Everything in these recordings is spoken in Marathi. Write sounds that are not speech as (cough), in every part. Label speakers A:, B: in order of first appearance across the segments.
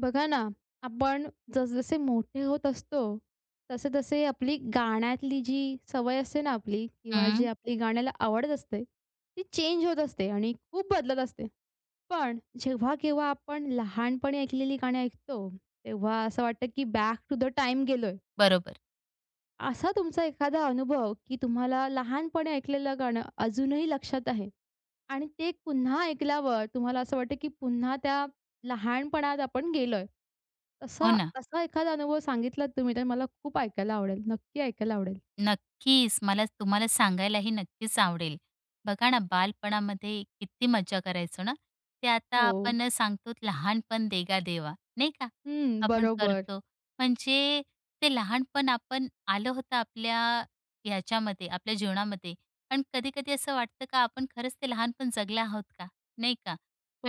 A: बघा ना, आपण जसजसे मोठे होत असतो, तसे-तसे आपली गाण्यातली जी सवय असते ना आपली किंवा जी
B: हं,
A: आपली गाण्याला आवडत असते, ती चेंज होत असते आणि खूप बदलत असते. पण जेव्हा-केव्हा आपण लहानपणी ऐकलेली गाणी ऐकतो, तेव्हा असं वाटतं की बॅक टू द टाईम गेलोय.
B: बरोबर.
A: असा तुमचा एखादा अनुभव की तुम्हाला लहानपणी ऐकलेलं गाणं अजूनही लक्षात आहे आणि ते पुन्हा ऐकल्यावर तुम्हाला असं वाटतं की पुन्हा त्या लहानपणात आपण गेलोय.
B: हो
A: तसा
B: ना.
A: असा एखादा अनुभव सांगितलात तुम्ही तर मला खूप ऐकायला आवडेल. नक्की ऐकायला आवडेल.
B: नक्कीच. मला तुम्हाला सांगायलाही नक्कीच आवडेल. बघा ना, बालपणामध्ये किती मज़ा करायचो ना. ते आता
A: हो.
B: आपण सांगतो लहानपण देगा देवा, नाही का?
A: हं,
B: आपण
A: बरोबर,
B: करतो. म्हणजे ते लहानपण आपण आलं होतं आपल्या ह्याच्यामध्ये, आपल्या जीवनामध्ये. पण कधी-कधी असं वाटतं का आपण खरंच ते लहानपण जगलं आहोत का? नाही का?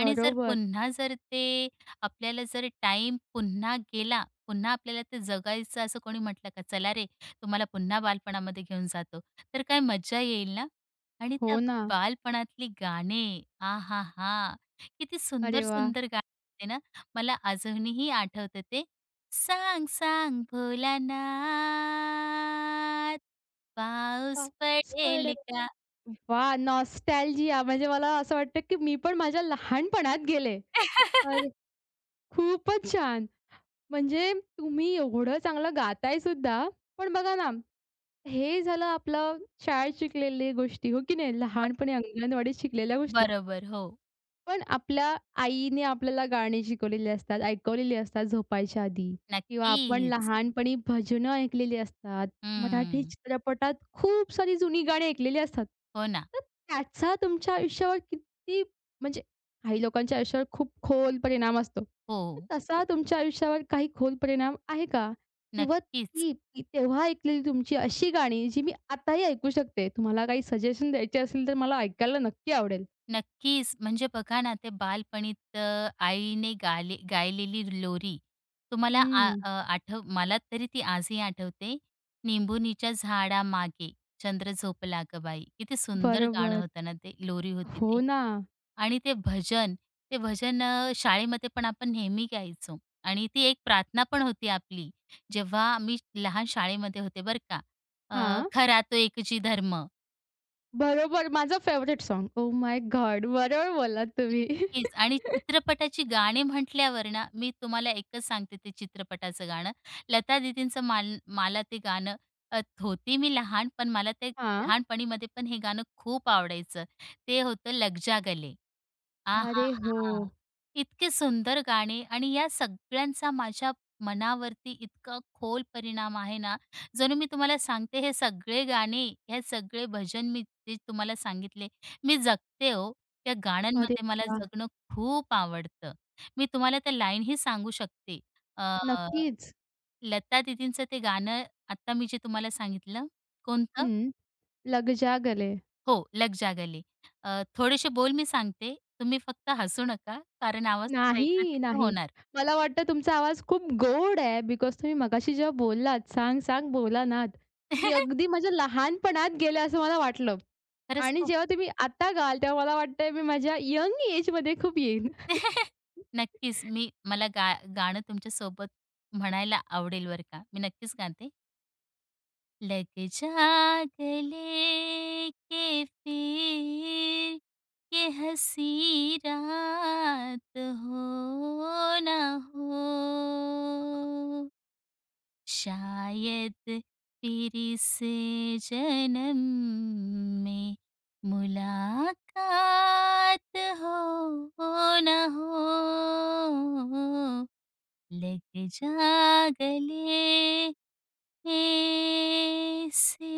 B: आणि जर पुन्हा जर ते आपल्याला जर टाईम पुन्हा गेला, पुन्हा आपल्याला ते जगायचं असं कोणी म्हटलं का, "चला रे, तुम्हाला पुन्हा बालपणामध्ये घेऊन जातो. तर काय मज्जा येईल ना? आणि त्या
A: हो ना.
B: बालपणातली गाणे, आ हा, हा, किती
A: अरे वाह!
B: सुंदर-सुंदर गाणी होते ना. मला अजूनही आठवतं ते, "सांग सांग भोलानाथ, पाऊस पडेल
A: पापड.
B: का?"
A: वाह! नॉस्टॅल्जिया म्हणजे मला असं वाटतं, की मी पण माझ्या लहानपणात गेले.
B: (laughs)
A: अरे, खूपच छान. म्हणजे तुम्ही एवढं चांगलं गाताय सुद्धा. पण बघा ना, हे झालं आपलं शाळेत शिकलेल्या गोष्टी, हो की नाही?
B: बरो
A: लहानपणी अंगणवाडीत शिकलेल्या गोष्टी.
B: बरोबर. हो,
A: पण आपल्या आईने आपल्याला गाणी शिकवलेली असतात, ऐकवलेली असतात झोपायच्या आधी किंवा आपण
B: नक्कीच.
A: लहानपणी भजनं ऐकलेली असतात. मराठी
B: हं.
A: चित्रपटात खूप सारी जुनी गाणी ऐकलेली असतात.
B: हो ना.
A: तर त्याचा तुमच्या आयुष्यावर किती म्हणजे काही लोकांच्या आयुष्यावर खूप खोल परिणाम असतो.
B: हो,
A: तर तसा तुमच्या आयुष्यावर काही खोल परिणाम आहे का? किंवा
B: नक्कीच.
A: ती ती तेव्हा ऐकलेली तुमची अशी गाणी जी मी आताही ऐकू शकते. तुम्हाला काही सजेशन द्यायचे असेल तर मला ऐकायला नक्की आवडेल.
B: नक्कीच. म्हणजे बघा ना, ते बालपणीत आईने गायलेली लोरी तुम्हाला
A: हं.
B: आठव मला तरी ती आजही आठवते. निंबुनीच्या झाडामागे चंद्र झोपला गं बाई. किती सुंदर गाणं
A: बरोबर.
B: होतं ना ते, लोरी होती
A: हो
B: ते.
A: ना.
B: आणि ते भजन, ते भजन शाळेमध्ये पण आपण नेहमी गायचो आणि ती एक प्रार्थना पण होती आपली. जेव्हा मी लहान शाळेमध्ये होते बरं का.
A: हां.
B: खरा तो एकची धर्म.
A: बरोबर माझं favourite song. Oh my god! बरोबर बोललात तुम्ही.
B: तेच
A: (laughs)
B: आणि चित्रपटाची गाणी म्हटल्यावर ना, मी तुम्हाला एकच सांगते ते चित्रपटाचं गाणं. लता दीदींचं मला ते गाणं, होती मी लहान, पण मला ते
A: हां.
B: लहानपणीमध्ये पण हे गाणं खूप आवडायचं. ते होतं लग जा गले.
A: अरे हो.
B: आहाहा! इतके सुंदर गाणे आणि या सगळ्यांचा माझ्या मनावरती इतका खोल परिणाम आहे ना, जणू मी तुम्हाला सांगते हे सगळे गाणे, हे सगळे भजन मी जे तुम्हाला सांगितले, मी जगते हो. त्या
A: अरे
B: गाण्यांमध्ये मला
A: वाह!
B: जगणं खूप आवडतं. मी तुम्हाला त्या लाईनही सांगू शकते. अ,
A: नक्कीच.
B: लता दीदींचं ते गाणं आत्ता मी जे तुम्हाला सांगितलं, कोणतं?
A: हं. लग जा गले.
B: हो, लग जा गले. थोडेसे बोल मी सांगते, तुम्ही फक्त हसू नका, कारण आवाज थोडा
A: नाही,
B: इकडं-तिकडं
A: नाही.
B: होणार.
A: मला वाटतं तुमचा आवाज खूप गोड आहे बिकॉज तुम्ही मगाशी जेव्हा बोललात, "सांग, सांग बोला नाथ." मी अगदी
B: (laughs)
A: माझ्या लहानपणात गेले असं मला वाटलं
B: खरंच
A: आणि
B: खूप.
A: जेव्हा तुम्ही आता गाल तेव्हा मला वाटतंय मी माझ्या यंग एजमध्ये खूप येईन.
B: (laughs) नक्कीच मी मला गा गाणं तुमच्या सोबत म्हणायला आवडेल बरं का. मी नक्कीच गाते. लग जा गले के फिर ये हसी रात हो ना हो. शायद फिर से जन्म में मुलाकात हो ना हो, लग जा गले से.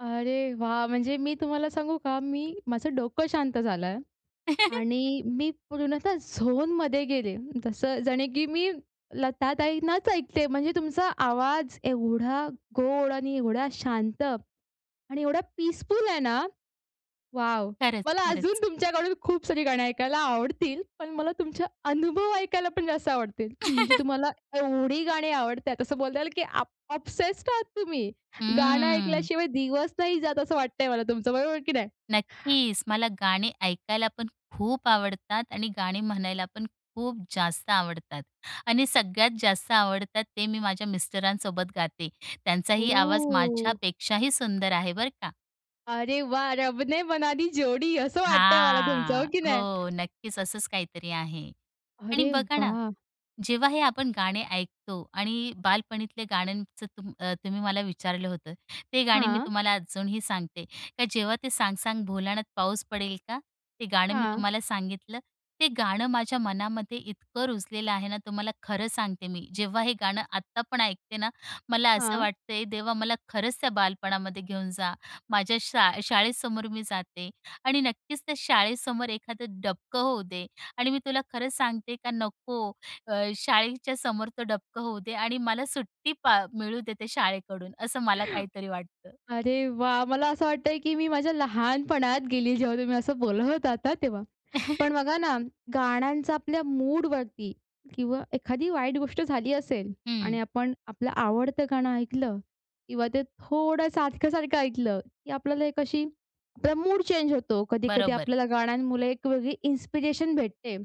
A: अरे वाह! म्हणजे मी तुम्हाला सांगू का, मी माझं डोकं शांत झालं
B: (laughs)
A: आणि मी पूर्णतः झोनमध्ये गेले. जसं जणे की मी लताताईंनाच ऐकते. म्हणजे तुमचा आवाज एवढा गोड आणि एवढा शांत आणि एवढा पीसफुल आहे ना वॉव!
B: खरंच,
A: मला अजून
B: खरंच.
A: तुमच्याकडून खूप सारी गाणी ऐकायला आवडतील, पण मला तुमचे अनुभव ऐकायला पण जास्त आवडतील. म्हणजे तुम्हाला एवढी गाणी आवडतात असं बोलता येईल, की अप ऑब्सेस्ड आहात तुम्ही. गाणं
B: हम्म
A: ऐकल्याशिवाय दिवस नाही जात असं वाटतंय मला तुमचं, बरोबर की नाही?
B: नक्कीच. मला गाणे ऐकायला पण खूप आवडतात आणि गाणे म्हणायला पण खूप जास्त आवडतात आणि सगळ्यात जास्त आवडतात ते मी माझ्या मिस्टरांसोबत गाते.
A: हो.
B: त्यांचाही आवाज माझ्यापेक्षाही सुंदर आहे बरं का.
A: अरे वाह! रब ने बना दी जोडी असं वाटतंय मला तुमचं, हो
B: हां.
A: की नाही?
B: हो, नक्कीच असंच काहीतरी आहे. आणि
A: अरे
B: बघा ना,
A: वाह!
B: जेव्हा हे आपण गाणे ऐकतो आणि बालपणीतल्या गाण्यांचं तुम्ही मला विचारलं होतं. ते गाणे मी
A: हां,
B: तुम्हाला अजूनही सांगते. का जेव्हा ते "सांग सांग भोलानाथ पाऊस पडेल का?" ते गाणं मी
A: हां,
B: तुम्हाला सांगितलं. ते गाणं माझ्या मनामध्ये इतकं रुजलेलं आहे ना, तुम्हाला खरं सांगते मी. जेव्हा हे गाणं आत्ता पण ऐकते ना, मला असं
A: हां.
B: वाटतंय देवा मला खरंच त्या बालपणामध्ये घेऊन जा. माझ्या शाळेसमोर मी जाते आणि नक्कीच त्या शाळेसमोर एखादं डबकं होऊ दे आणि मी तुला खरंच सांगते का नको, शाळेच्या समोर तो डबकं होऊ दे आणि मला सुट्टी मिळू दे ते शाळेकडून, असं मला काहीतरी वाटतं.
A: अरे वाह! मला असं वाटतंय, की मी माझ्या लहानपणात गेली, जेव्हा तुम्ही असं बोलत होतात ना तेव्हा.
B: (laughs)
A: पण बघा ना, गाण्यांचा आपल्या मूडवरती किंवा एखादी वाईट गोष्ट झाली असेल
B: हं,
A: आणि आपण आपलं आवडतं गाणं ऐकलं किंवा ते थोडं सारखं-सारखं ऐकलं, की आपल्याला एक अशी आपला मूड चेंज होतो. कधी-कधी
B: बरोबर.
A: आपल्याला गाण्यांमुळे एक वेगळी इन्स्पिरेशन भेटते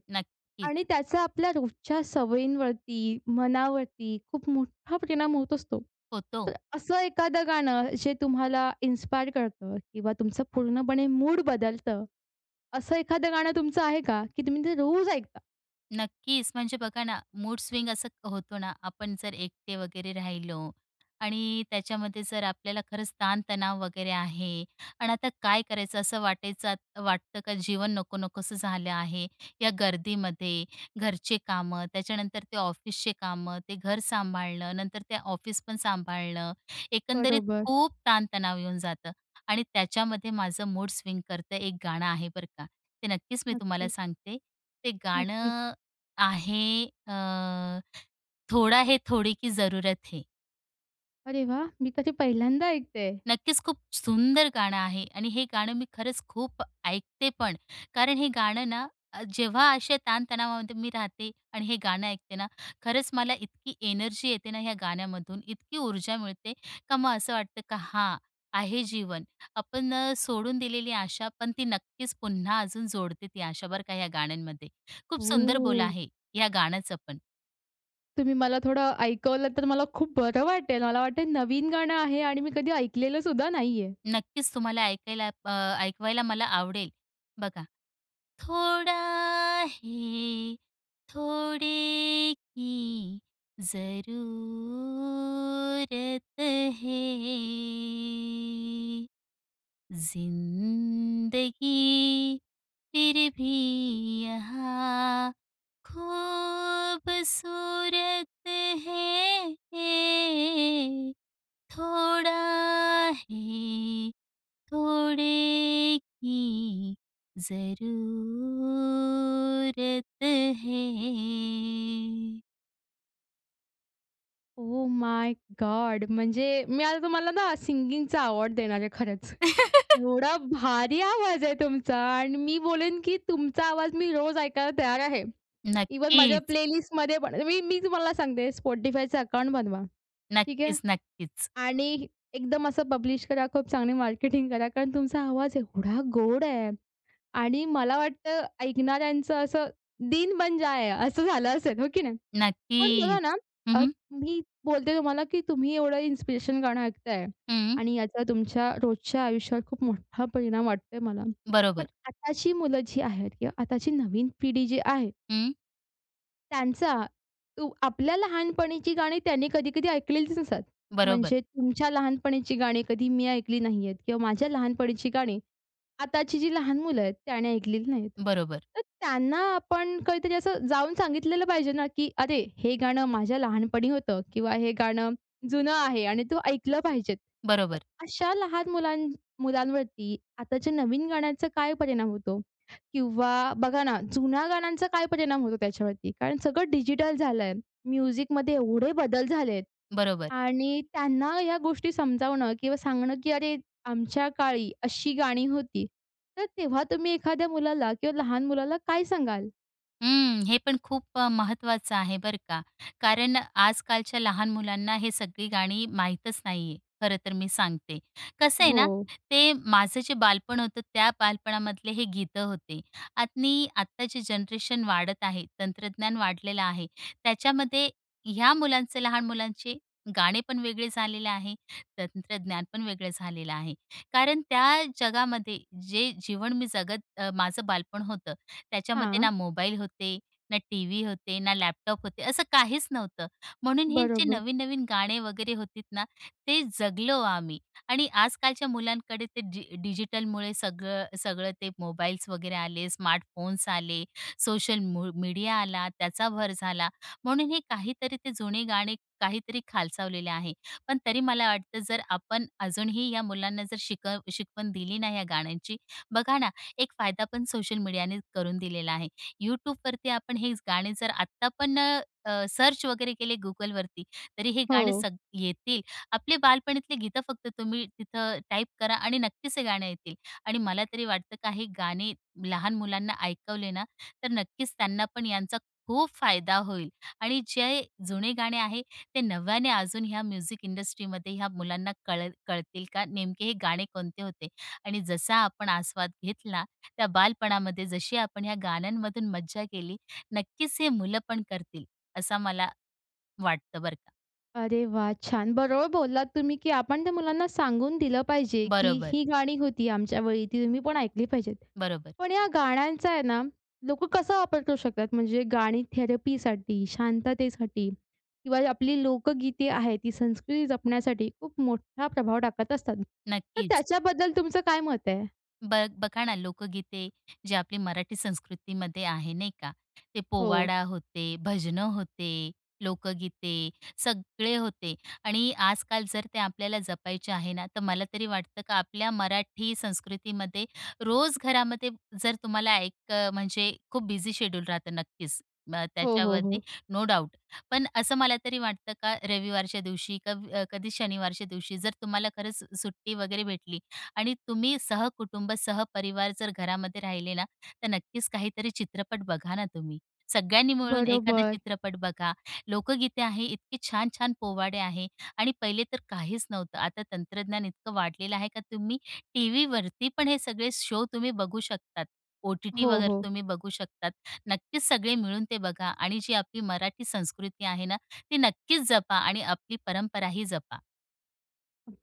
A: आणि
B: नक्कीच.
A: त्याचा आपल्या रोजच्या सवयींवरती, मनावरती खूप मोठा परिणाम होत असतो.
B: होतो.
A: तर असं एखादं गाणं जे तुम्हाला इन्स्पायर करतं किंवा तुमचं पूर्णपणे मूड बदलतं, असं एखादं गाणं तुमचं आहे का, की तुम्ही ते रोज ऐकता?
B: नक्कीच. म्हणजे बघा ना, मूड स्विंग असं होतो ना, आपण जर एकटे वगैरे राहिलो आणि त्याच्यामध्ये जर आपल्याला खरंच ताण-तणाव वगैरे आहे आणि आता काय करायचं असं वाटतं का जीवन नको-नकोसं झालं आहे. या गर्दीमध्ये घरचे कामं, त्याच्यानंतर ते ऑफिसचे कामं, ते घर सांभाळणं, नंतर ते ऑफिस पण सांभाळणं. एकंदरीत
A: बरोबर.
B: खूप ताण येऊन जातं आणि त्याच्यामध्ये माझं मूड स्विंग करतं एक गाणं आहे बरं का. ते नक्कीच मी तुम्हाला
A: नक्की.
B: सांगते. ते
A: नक्कीच.
B: गाणं आहे, थोडा है थोड़ी की जरूरत है.
A: अरे वाह! मी तर हे पहिल्यांदा ऐकतेय.
B: नक्कीच खूप सुंदर गाणं आहे आणि हे गाणं मी खरंच खूप ऐकते पण. कारण हे गाणं ना, जेव्हा अशा ताणतणावामध्ये मी राहते आणि हे गाणं ऐकते ना, खरंच मला इतकी एनर्जी येते ना ह्या गाण्यामधून, इतकी ऊर्जा मिळते का मग असं वाटतं का हां, आहे जीवन. आपण सोडून दिलेली आशा पण ती नक्कीच पुन्हा अजून जोडते ती आशा बरं का ह्या गाण्यांमध्ये. खूप सुंदर बोल
A: ओह!
B: आहे ह्या गाण्याचं पण.
A: तुम्ही मला थोडं ऐकवलं तर मला खूप बरं वाटेल. मला वाटेल नवीन गाणं आहे आणि मी कधी ऐकलेलं सुद्धा नाहीये.
B: नक्कीच तुम्हाला ऐकायला ऐकवायला मला आवडेल. बघा, थोडा है, थोडे की ज़रूरत है. जिंदगी फिर भी यहाँ खूबसूरत है, थोड़ा है थोड़े की जरूरत है.
A: Oh my god! म्हणजे मी आता तुम्हाला ना सिंगिंगचा अवॉर्ड देणार आहे खरंच. एवढा भारी आवाज आहे तुमचा आणि मी बोलेन, की तुमचा आवाज मी रोज ऐकायला तयार आहे. इव्हन माझ्या
B: नक्कीच,
A: प्लेलिस्टमध्ये पण मी मी तुम्हाला सांगते Spotifyचं अकाउंट बनवा. ठीक आहे
B: नक्कीच, नक्कीच,
A: आणि एकदम असं पब्लिश करा, खूप चांगली मार्केटिंग करा. कारण तुमचा आवाज एवढा गोड आहे आणि मला वाटतं ऐकणाऱ्यांचं असं दिन बन जाए असं झालं असेल, हो की नाही? पण बघा
B: नक्कीच.
A: ना,
B: हं,
A: अ,
B: हं.
A: मी बोलते तुम्हाला, की तुम्ही एवढं इन्स्पिरेशन गाणं ऐकताय
B: हं,
A: आणि याचा तुमच्या रोजच्या आयुष्यावर खूप मोठा परिणाम वाटतोय मला. पण
B: बरोबर.
A: आताची मुलं जी आहेत किंवा आताची नवीन पिढी जी आहे
B: हं.
A: त्यांचा आपल्या लहानपणीची गाणी त्यांनी कधी-कधी ऐकलेलीच नसतात.
B: बरोबर,
A: म्हणजे तुमच्या लहानपणीची गाणी कधी मी ऐकली नाही आहेत किंवा माझ्या लहानपणीची गाणी आताची जी लहान मुलं आहेत त्याने ऐकलेली नाहीत.
B: बरोबर,
A: तर त्यांना आपण काहीतरी असं जाऊन सांगितलेलं पाहिजे ना, की "अरे, हे गाणं माझ्या लहानपणी होतं किंवा हे गाणं जुनं आहे आणि तू ऐकलं पाहिजेत." तर
B: बरोबर,
A: अशा लहान मुलां मुलांवरती आताच्या नवीन गाण्याचा काय परिणाम होतो? किंवा बघा ना, जुन्या गाण्यांचा काय परिणाम होतो त्याच्यावरती. कारण सगळं डिजिटल झालंय. म्युझिकमध्ये एवढे बदल झालेत
B: बरोबर.
A: आणि त्यांना ह्या गोष्टी समजावणं किंवा सांगणं, की "अरे, आमच्या काळी अशी गाणी होती." तर तेव्हा तुम्ही एखाद्या मुलाला किंवा लहान मुलाला काय सांगाल?
B: हं, हे पण खूप महत्वाचं आहे बरं का. कारण आजकालच्या लहान मुलांना हे सगळी गाणी माहीतच नाहीये, खरं तर मी सांगते. कसं आहे
A: हो.
B: ना, ते माझं जे बालपण होतं त्या बालपणामधले हे गीतं होते आणि आत्ताचे जनरेशन वाढत आहे, तंत्रज्ञान वाढलेलं आहे. त्याच्यामध्ये ह्या मुलांचे, लहान मुलांचे गाणे पण वेगळे झालेले आहे, तंत्रज्ञान पण वेगळं झालेलं आहे. कारण त्या जगामध्ये जे जीवन मी माझं बालपण होतं त्याच्यामध्ये
A: हां.
B: ना मोबाईल होते, ना टीव्ही होते, ना लॅपटॉप होते, असं काहीच नव्हतं. म्हणून हे जे
A: बरोबर.
B: नवीन-नवीन गाणे वगैरे होतीत ना, ते जगलो आम्ही. आणि आजकालच्या मुलांकडे ते डिजिटलमुळे सगळं सगळं ते मोबाईल्स वगैरे आले, स्मार्टफोन्स आले, सोशल मीडिया आला, त्याचा भर झाला. म्हणून हे काहीतरी ते जुने गाणे काहीतरी खालसावलेले आहे. पण तरी मला वाटतं जर आपण अजूनही या मुलांना जर शिकवण दिली ना या गाण्यांची, बघा ना एक फायदा पण सोशल मीडियाने करून दिलेला आहे. YouTubeवरती आपण हे गाणे जर आत्ता पण सर्च वगैरे केले Googleवरती, तरी हे गाणे
A: हो.
B: सग येतील. आपले बालपणीतले गीतं फक्त तुम्ही तिथं टाइप करा आणि नक्कीच हे गाणं येतील. आणि मला तरी वाटतं का हे गाणे लहान मुलांना ऐकवले ना, तर नक्कीच त्यांना पण यांचा खूप फायदा होईल. आणि जे जुने गाणे आहे, ते नव्याने अजून ह्या म्युझिक इंडस्ट्रीमध्ये ह्या मुलांना कळतील का नेमके हे गाणे कोणते होते? आणि जसा आपण आस्वाद घेतला, त्या बालपणामध्ये जशी आपण ह्या गाण्यांमधून मज्जा केली, नक्कीच हे मुलं पण करतील, असं मला वाटतं बरं का.
A: अरे वाह! छान. बरोबर बोललात तुम्ही, की आपण त्या मुलांना सांगून दिलं पाहिजे, की
B: बरोबर,
A: ही गाणी होती आमच्या वेळी, ती तुम्ही पण ऐकली पाहिजेत.
B: बरोबर.
A: पण या गाण्यांचा आहे ना, लोक कसा वापर करू शकतात? म्हणजे गाणी थेरपीसाठी, शांततेसाठी किंवा आपली लोकगीते आहेत, ती संस्कृती जपण्यासाठी खूप मोठा प्रभाव टाकत असतात. तर
B: नक्कीच.
A: त्याच्याबद्दल तुमचं काय मत आहे?
B: बघा ना, लोकगीते जे आपली मराठी संस्कृतीमध्ये आहे, नाही का? ते
A: हो.
B: पोवाडा होते, भजनं होते, लोकगीते सगळे होते आणि आजकाल जर ते आपल्याला जपायचे आहे ना, तर मला तरी वाटतं का आपल्या मराठी संस्कृतीमध्ये रोज घरामध्ये जर तुम्हाला एक म्हणजे खूप बिझी शेड्यूल राहतं नक्कीच.
A: हो, हो,
B: त्याच्यामध्ये
A: हो.
B: No doubt. पण असं मला तरी वाटतं का रविवारच्या दिवशी, कधी शनिवारच्या दिवशी जर तुम्हाला खरंच सुट्टी वगैरे भेटली आणि तुम्ही सहकुटुंब, सहपरिवार जर घरामध्ये राहिले ना, तर नक्कीच काहीतरी चित्रपट बघा ना तुम्ही. सगळ्यांनी मिळून एखादा
A: बरोबर.
B: चित्रपट बघा. लोकगीते आहे, इतके छान-छान पोवाडे आहे आणि पहिले तर काहीच नव्हतं. आता तंत्रज्ञान इतकं वाढलेलं आहे का तुम्ही टीव्हीवरती पण हे सगळे शो तुम्ही बघू शकतात. ओ-टी-टी
A: हो,
B: वगैरे
A: हो.
B: तुम्ही बघू शकतात. नक्कीच सगळे मिळून ते बघा आणि जी आपली मराठी संस्कृती आहे ना, ती नक्कीच जपा आणि आपली परंपराही जपा.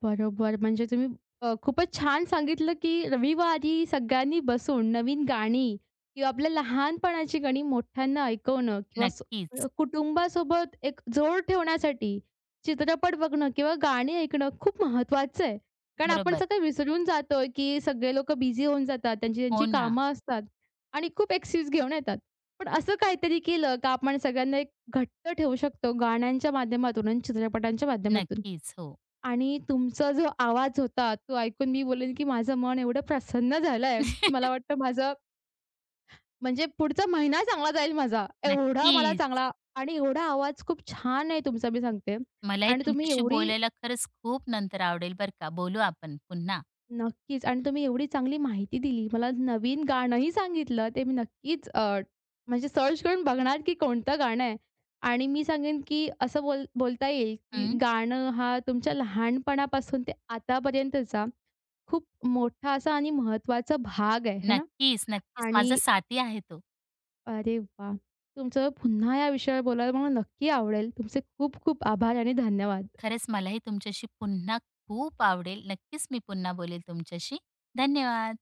A: बरोबर. म्हणजे तुम्ही खूपच छान सांगितलं, की रविवारी सगळ्यांनी बसून नवीन गाणी किंवा आपल्या लहानपणाची गाणी मोठ्यांना ऐकवणं किंवा
B: नक्कीच.
A: कुटुंबासोबत एक जोड ठेवण्यासाठी चित्रपट बघणं किंवा गाणी ऐकणं खूप महत्त्वाचं आहे. कारण आपण
B: बरोबर.
A: सगळं विसरून जातो, की सगळे लोकं बिझी होऊन जातात. त्यांची
B: हो
A: त्यांची
B: ना.
A: कामं असतात आणि खूप एक्सक्यूज घेऊन येतात. पण असं काहीतरी केलं, का आपण सगळ्यांना एक घट्ट ठेवू शकतो गाण्यांच्या माध्यमातून आणि चित्रपटांच्या माध्यमातून.
B: नक्कीच, हो.
A: आणि तुमचा जो आवाज होता, तो ऐकून मी बोलेन, की माझं मन एवढं प्रसन्न झालंय. मला
B: (laughs)
A: वाटतं माझं म्हणजे पुढचा महिना चांगला जाईल माझा. एवढा मला
B: नक्कीच.
A: चांगला आणि एवढा आवाज खूप छान आहे तुमचा मी सांगते.
B: मलाही
A: आणि तुम्ही
B: तुमच्याशी
A: एवढी
B: बोलायला खरंच खूप नंतर आवडेल बरं का. बोलू आपण पुन्हा.
A: नक्कीच आणि तुम्ही एवढी चांगली माहिती दिली. मला नवीन गाणंही सांगितलं. ते मी नक्कीच म्हणजे सर्च करून बघणार, की कोणतं गाणं आहे. आणि मी सांगेन, की असं बोलता येईल, की
B: हं.
A: गाणं हा तुमच्या लहानपणापासून ते आतापर्यंतचा खूप मोठा असा आणि महत्त्वाचा भाग आहे, है ना?
B: नक्कीच, नक्कीच. माझा
A: आणि
B: साथी आहे तो.
A: अरे वाह! तुमचं पुन्हा या विषयावर बोलायला मला नक्की आवडेल. तुमचे खूप खूप आभार आणि धन्यवाद.
B: खरंच मलाही तुमच्याशी पुन्हा खूप आवडेल. नक्कीच मी पुन्हा बोलेल तुमच्याशी. धन्यवाद.